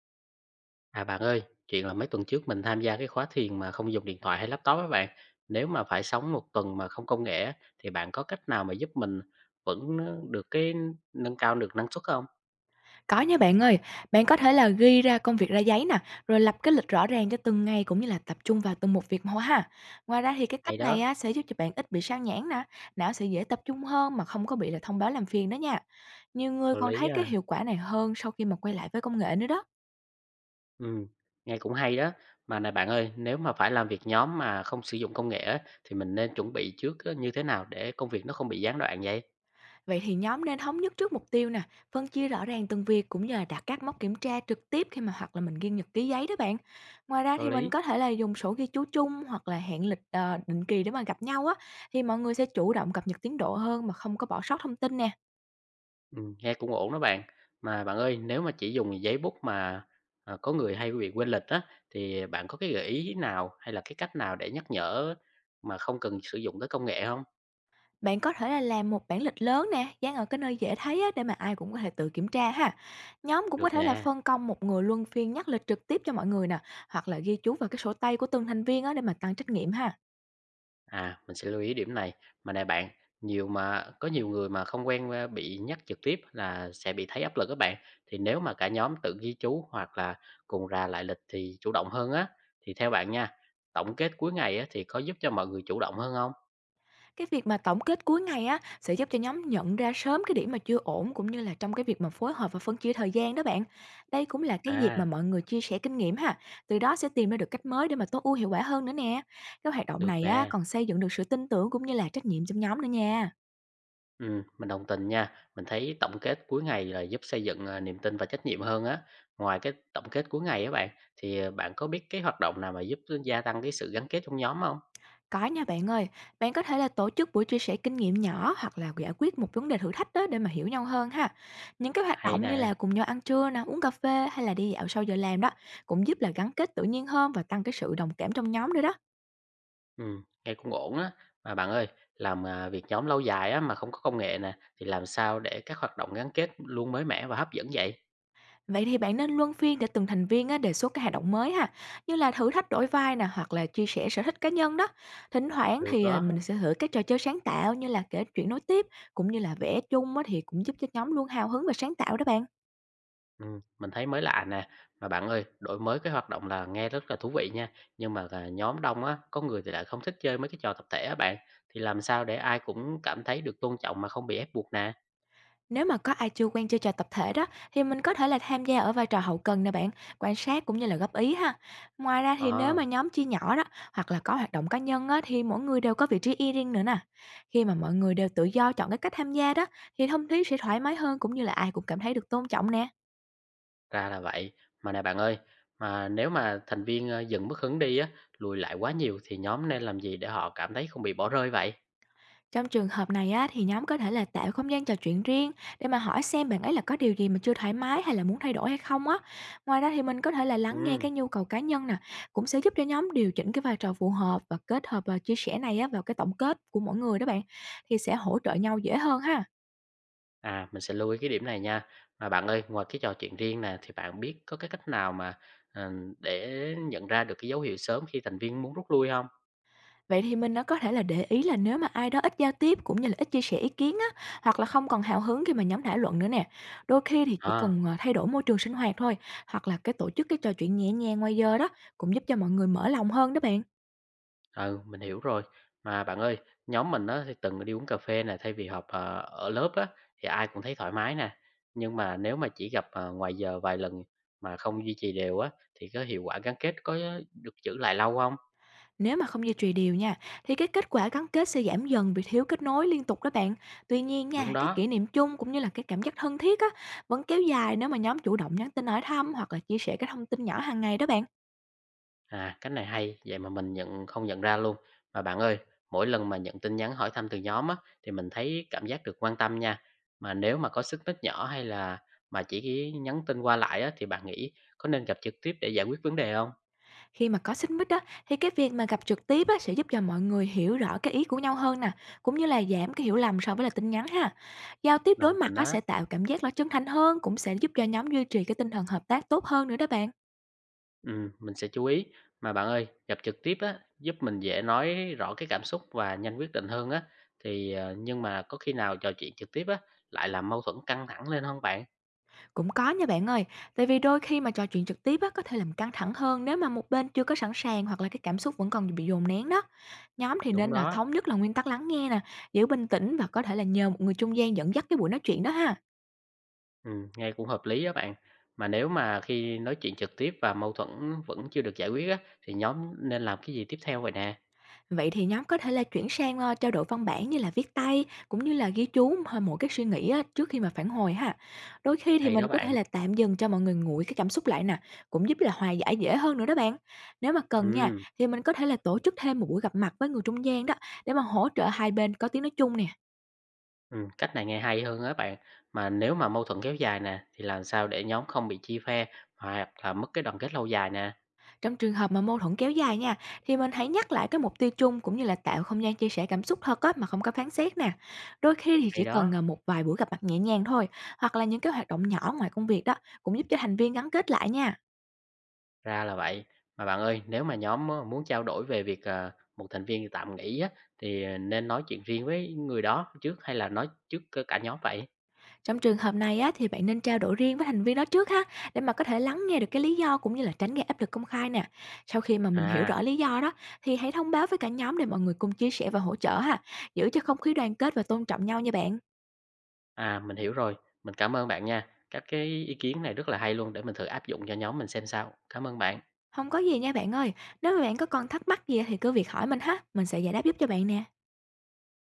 À bạn ơi, chuyện là mấy tuần trước mình tham gia cái khóa thiền mà không dùng điện thoại hay laptop á bạn. Nếu mà phải sống một tuần mà không công nghệ á, thì bạn có cách nào mà giúp mình vẫn được cái nâng cao được năng suất không? Có nha bạn ơi, bạn có thể là ghi ra công việc ra giấy nè, rồi lập cái lịch rõ ràng cho từng ngày cũng như là tập trung vào từng một việc một ha. Ngoài ra thì cái Hay cách này đó, á, sẽ giúp cho bạn ít bị sao nhãng nè, não sẽ dễ tập trung hơn mà không có bị là thông báo làm phiền đó nha. Nhiều người có còn lý thấy cái à. hiệu quả này hơn sau khi mà quay lại với công nghệ nữa đó. Ừ, nghe cũng hay đó. Mà này bạn ơi, nếu mà phải làm việc nhóm mà không sử dụng công nghệ á, thì mình nên chuẩn bị trước á, như thế nào để công việc nó không bị gián đoạn vậy? Vậy thì nhóm nên thống nhất trước mục tiêu nè, phân chia rõ ràng từng việc cũng như là đặt các mốc kiểm tra trực tiếp khi mà hoặc là mình ghi nhật ký giấy đó bạn. Ngoài ra Có thì mình lý. có thể là dùng sổ ghi chú chung hoặc là hẹn lịch định kỳ để mà gặp nhau á, thì mọi người sẽ chủ động cập nhật tiến độ hơn mà không có bỏ sót thông tin nè. Nghe cũng ổn đó bạn. Mà bạn ơi, nếu mà chỉ dùng giấy bút mà, có người hay bị quên lịch á, thì bạn có cái gợi ý nào hay là cái cách nào để nhắc nhở mà không cần sử dụng tới công nghệ không? Bạn có thể là làm một bản lịch lớn nè, dán ở cái nơi dễ thấy á, để mà ai cũng có thể tự kiểm tra ha. Nhóm cũng có Được thể là nè, phân công một người luân phiên nhắc lịch trực tiếp cho mọi người nè, hoặc là ghi chú vào cái sổ tay của từng thành viên á, để mà tăng trách nhiệm ha. à, mình sẽ lưu ý điểm này. Mà này bạn, nhiều mà có nhiều người mà không quen, bị nhắc trực tiếp là sẽ bị thấy áp lực các bạn. Thì nếu mà cả nhóm tự ghi chú hoặc là cùng ra lại lịch thì chủ động hơn á. Thì theo bạn nha, tổng kết cuối ngày á, thì có giúp cho mọi người chủ động hơn không? Cái việc mà tổng kết cuối ngày á, sẽ giúp cho nhóm nhận ra sớm cái điểm mà chưa ổn, cũng như là trong cái việc mà phối hợp và phân chia thời gian đó bạn. Đây cũng là cái dịp mà À, mọi người chia sẻ kinh nghiệm ha, từ đó sẽ tìm ra được cách mới để mà tối ưu hiệu quả hơn nữa nè. Cái hoạt động được này á, nè. còn xây dựng được sự tin tưởng cũng như là trách nhiệm trong nhóm nữa nha. Mình đồng tình nha. Mình thấy tổng kết cuối ngày là giúp xây dựng, niềm tin và trách nhiệm hơn á. Ngoài cái tổng kết cuối ngày á bạn, thì, bạn có biết cái hoạt động nào mà giúp gia tăng cái sự gắn kết trong nhóm không? Có nha bạn ơi, bạn có thể là tổ chức buổi chia sẻ kinh nghiệm nhỏ, hoặc là giải quyết một vấn đề thử thách đó để mà hiểu nhau hơn ha. Những cái hoạt Hay động như là nè, cùng nhau ăn trưa nè, uống cà phê hay là đi dạo sau giờ làm đó, cũng giúp là gắn kết tự nhiên hơn và tăng cái sự đồng cảm trong nhóm nữa đó. Nghe cũng ổn á. Mà bạn ơi, việc nhóm lâu dài á mà không có công nghệ nè, thì làm sao để các hoạt động gắn kết luôn mới mẻ và hấp dẫn vậy? Vậy thì bạn nên luân phiên để từng thành viên á, đề xuất cái hoạt động mới ha, như là thử thách đổi vai nè, hoặc là chia sẻ sở thích cá nhân đó. Thỉnh thoảng Được thì đó. mình sẽ thử các trò chơi sáng tạo như là kể chuyện nối tiếp, cũng như là vẽ chung á, thì cũng giúp cho nhóm luôn hào hứng và sáng tạo đó bạn. Mình thấy mới lạ nè. Mà bạn ơi, đổi mới cái hoạt động là nghe rất là thú vị nha, nhưng mà là nhóm đông á, có người thì lại không thích chơi mấy cái trò tập thể á bạn, thì làm sao để ai cũng cảm thấy được tôn trọng mà không bị ép buộc nè? Nếu mà có ai chưa quen chơi trò tập thể đó, thì mình có thể là tham gia ở vai trò hậu cần nè bạn, quan sát cũng như là góp ý ha. Ngoài ra thì nếu À, mà nhóm chia nhỏ đó, hoặc là có hoạt động cá nhân á, thì mỗi người đều có vị trí y riêng nữa nè. Khi mà mọi người đều tự do chọn cái cách tham gia đó, thì thông khí sẽ thoải mái hơn, cũng như là ai cũng cảm thấy được tôn trọng nè. ra là vậy. Mà nè bạn ơi, mà nếu mà thành viên, dần mất hứng đi á, lùi lại quá nhiều thì nhóm nên làm gì để họ cảm thấy không bị bỏ rơi vậy? Trong trường hợp này á, thì nhóm có thể là tạo không gian trò chuyện riêng để mà hỏi xem bạn ấy là có điều gì mà chưa thoải mái hay là muốn thay đổi hay không á. Ngoài ra thì mình có thể là lắng nghe Ừm. cái nhu cầu cá nhân nè, cũng sẽ giúp cho nhóm điều chỉnh cái vai trò phù hợp, và kết hợp và chia sẻ này á, vào cái tổng kết của mỗi người đó bạn, thì sẽ hỗ trợ nhau dễ hơn ha. À, mình sẽ lưu ý cái điểm này nha. Mà bạn ơi, ngoài cái trò chuyện riêng nè, thì bạn biết có cái cách nào mà, ờ, để nhận ra được cái dấu hiệu sớm khi thành viên muốn rút lui không? Vậy thì mình nó có thể là để ý là nếu mà ai đó ít giao tiếp, cũng như là ít chia sẻ ý kiến á, hoặc là không còn hào hứng khi mà nhóm thảo luận nữa nè. Đôi khi thì chỉ À, cần, thay đổi môi trường sinh hoạt thôi, hoặc là cái tổ chức cái trò chuyện nhẹ nhàng ngoài giờ đó, cũng giúp cho mọi người mở lòng hơn đó bạn. ừ, mình hiểu rồi. Mà bạn ơi, nhóm mình á, thì từng đi uống cà phê nè, thay vì họp, ở lớp á, thì ai cũng thấy thoải mái nè. Nhưng mà nếu mà chỉ gặp, ngoài giờ vài lần mà không duy trì đều á, thì cái hiệu quả gắn kết có được giữ lại lâu không? Nếu mà không duy trì đều nha, thì cái kết quả gắn kết sẽ giảm dần vì thiếu kết nối liên tục đó bạn. Tuy nhiên Đúng nha, cái đó. kỷ niệm chung cũng như là cái cảm giác thân thiết á, vẫn kéo dài nếu mà nhóm chủ động nhắn tin hỏi thăm, hoặc là chia sẻ cái thông tin nhỏ hàng ngày đó bạn. À, cách này hay, vậy mà mình không nhận ra luôn. Mà bạn ơi, mỗi lần mà nhận tin nhắn hỏi thăm từ nhóm á, thì mình thấy cảm giác được quan tâm nha. Mà nếu mà có xích mích nhỏ hay là mà chỉ nhắn tin qua lại á, thì bạn nghĩ có nên gặp trực tiếp để giải quyết vấn đề không? Khi mà có xích mích đó, thì cái việc mà gặp trực tiếp á, sẽ giúp cho mọi người hiểu rõ cái ý của nhau hơn nè, cũng như là giảm cái hiểu lầm so với là tin nhắn ha. Giao tiếp đối Đồng mặt tình á, á, sẽ tạo cảm giác là chân thành hơn, cũng sẽ giúp cho nhóm duy trì cái tinh thần hợp tác tốt hơn nữa đó bạn. ừ, mình sẽ chú ý. Mà bạn ơi, gặp trực tiếp á, giúp mình dễ nói rõ cái cảm xúc và nhanh quyết định hơn á. Thì nhưng mà có khi nào trò chuyện trực tiếp á, lại làm mâu thuẫn căng thẳng lên không bạn? Cũng có nha bạn ơi, tại vì đôi khi mà trò chuyện trực tiếp á, có thể làm căng thẳng hơn nếu mà một bên chưa có sẵn sàng, hoặc là cái cảm xúc vẫn còn bị dồn nén đó. Nhóm thì Đúng nên là đó. thống nhất là nguyên tắc lắng nghe nè, giữ bình tĩnh, và có thể là nhờ một người trung gian dẫn dắt cái buổi nói chuyện đó ha. Nghe cũng hợp lý á bạn. Mà nếu mà khi nói chuyện trực tiếp và mâu thuẫn vẫn chưa được giải quyết á, thì nhóm nên làm cái gì tiếp theo vậy nè? Vậy thì nhóm có thể là chuyển sang, trao đổi văn bản như là viết tay, cũng như là ghi chú h mỗi cái suy nghĩ á, trước khi mà phản hồi ha. Đôi khi thì Hay đó mình có thể bạn. là tạm dừng cho mọi người nguội cái cảm xúc lại nè, cũng giúp là hòa giải dễ hơn nữa đó bạn. Nếu mà cần nha, Ừm, thì mình có thể là tổ chức thêm một buổi gặp mặt với người trung gian đó, để mà hỗ trợ hai bên có tiếng nói chung nè. Cách này nghe hay hơn á bạn. Mà nếu mà mâu thuẫn kéo dài nè, thì làm sao để nhóm không bị chia phe hoặc là mất cái đoàn kết lâu dài nè? Trong trường hợp mà mâu thuẫn kéo dài nha, thì mình hãy nhắc lại cái mục tiêu chung, cũng như là tạo không gian chia sẻ cảm xúc thật á, mà không có phán xét nè. Đôi khi thì Hay chỉ cần đó, một vài buổi gặp mặt nhẹ nhàng thôi, hoặc là những cái hoạt động nhỏ ngoài công việc đó, cũng giúp cho thành viên gắn kết lại nha. ra là vậy. Mà bạn ơi, nếu mà nhóm á, muốn trao đổi về việc một thành viên tạm nghỉ á, thì nên nói chuyện riêng với người đó trước hay là nói trước cả nhóm vậy? Trong trường hợp này á, thì bạn nên trao đổi riêng với thành viên đó trước ha, để mà có thể lắng nghe được cái lý do, cũng như là tránh gây áp lực công khai nè. Sau khi mà mình hiểu À. rõ lý do đó, thì hãy thông báo với cả nhóm để mọi người cùng chia sẻ và hỗ trợ ha, giữ cho không khí đoàn kết và tôn trọng nhau nha bạn. À, mình hiểu rồi. Mình cảm ơn bạn nha. Các cái ý kiến này rất là hay luôn để mình thử áp dụng cho nhóm mình xem sao. Cảm ơn bạn. Không có gì nha bạn ơi, nếu mà bạn có còn thắc mắc gì thì cứ việc hỏi mình ha, mình sẽ giải đáp giúp cho bạn nè.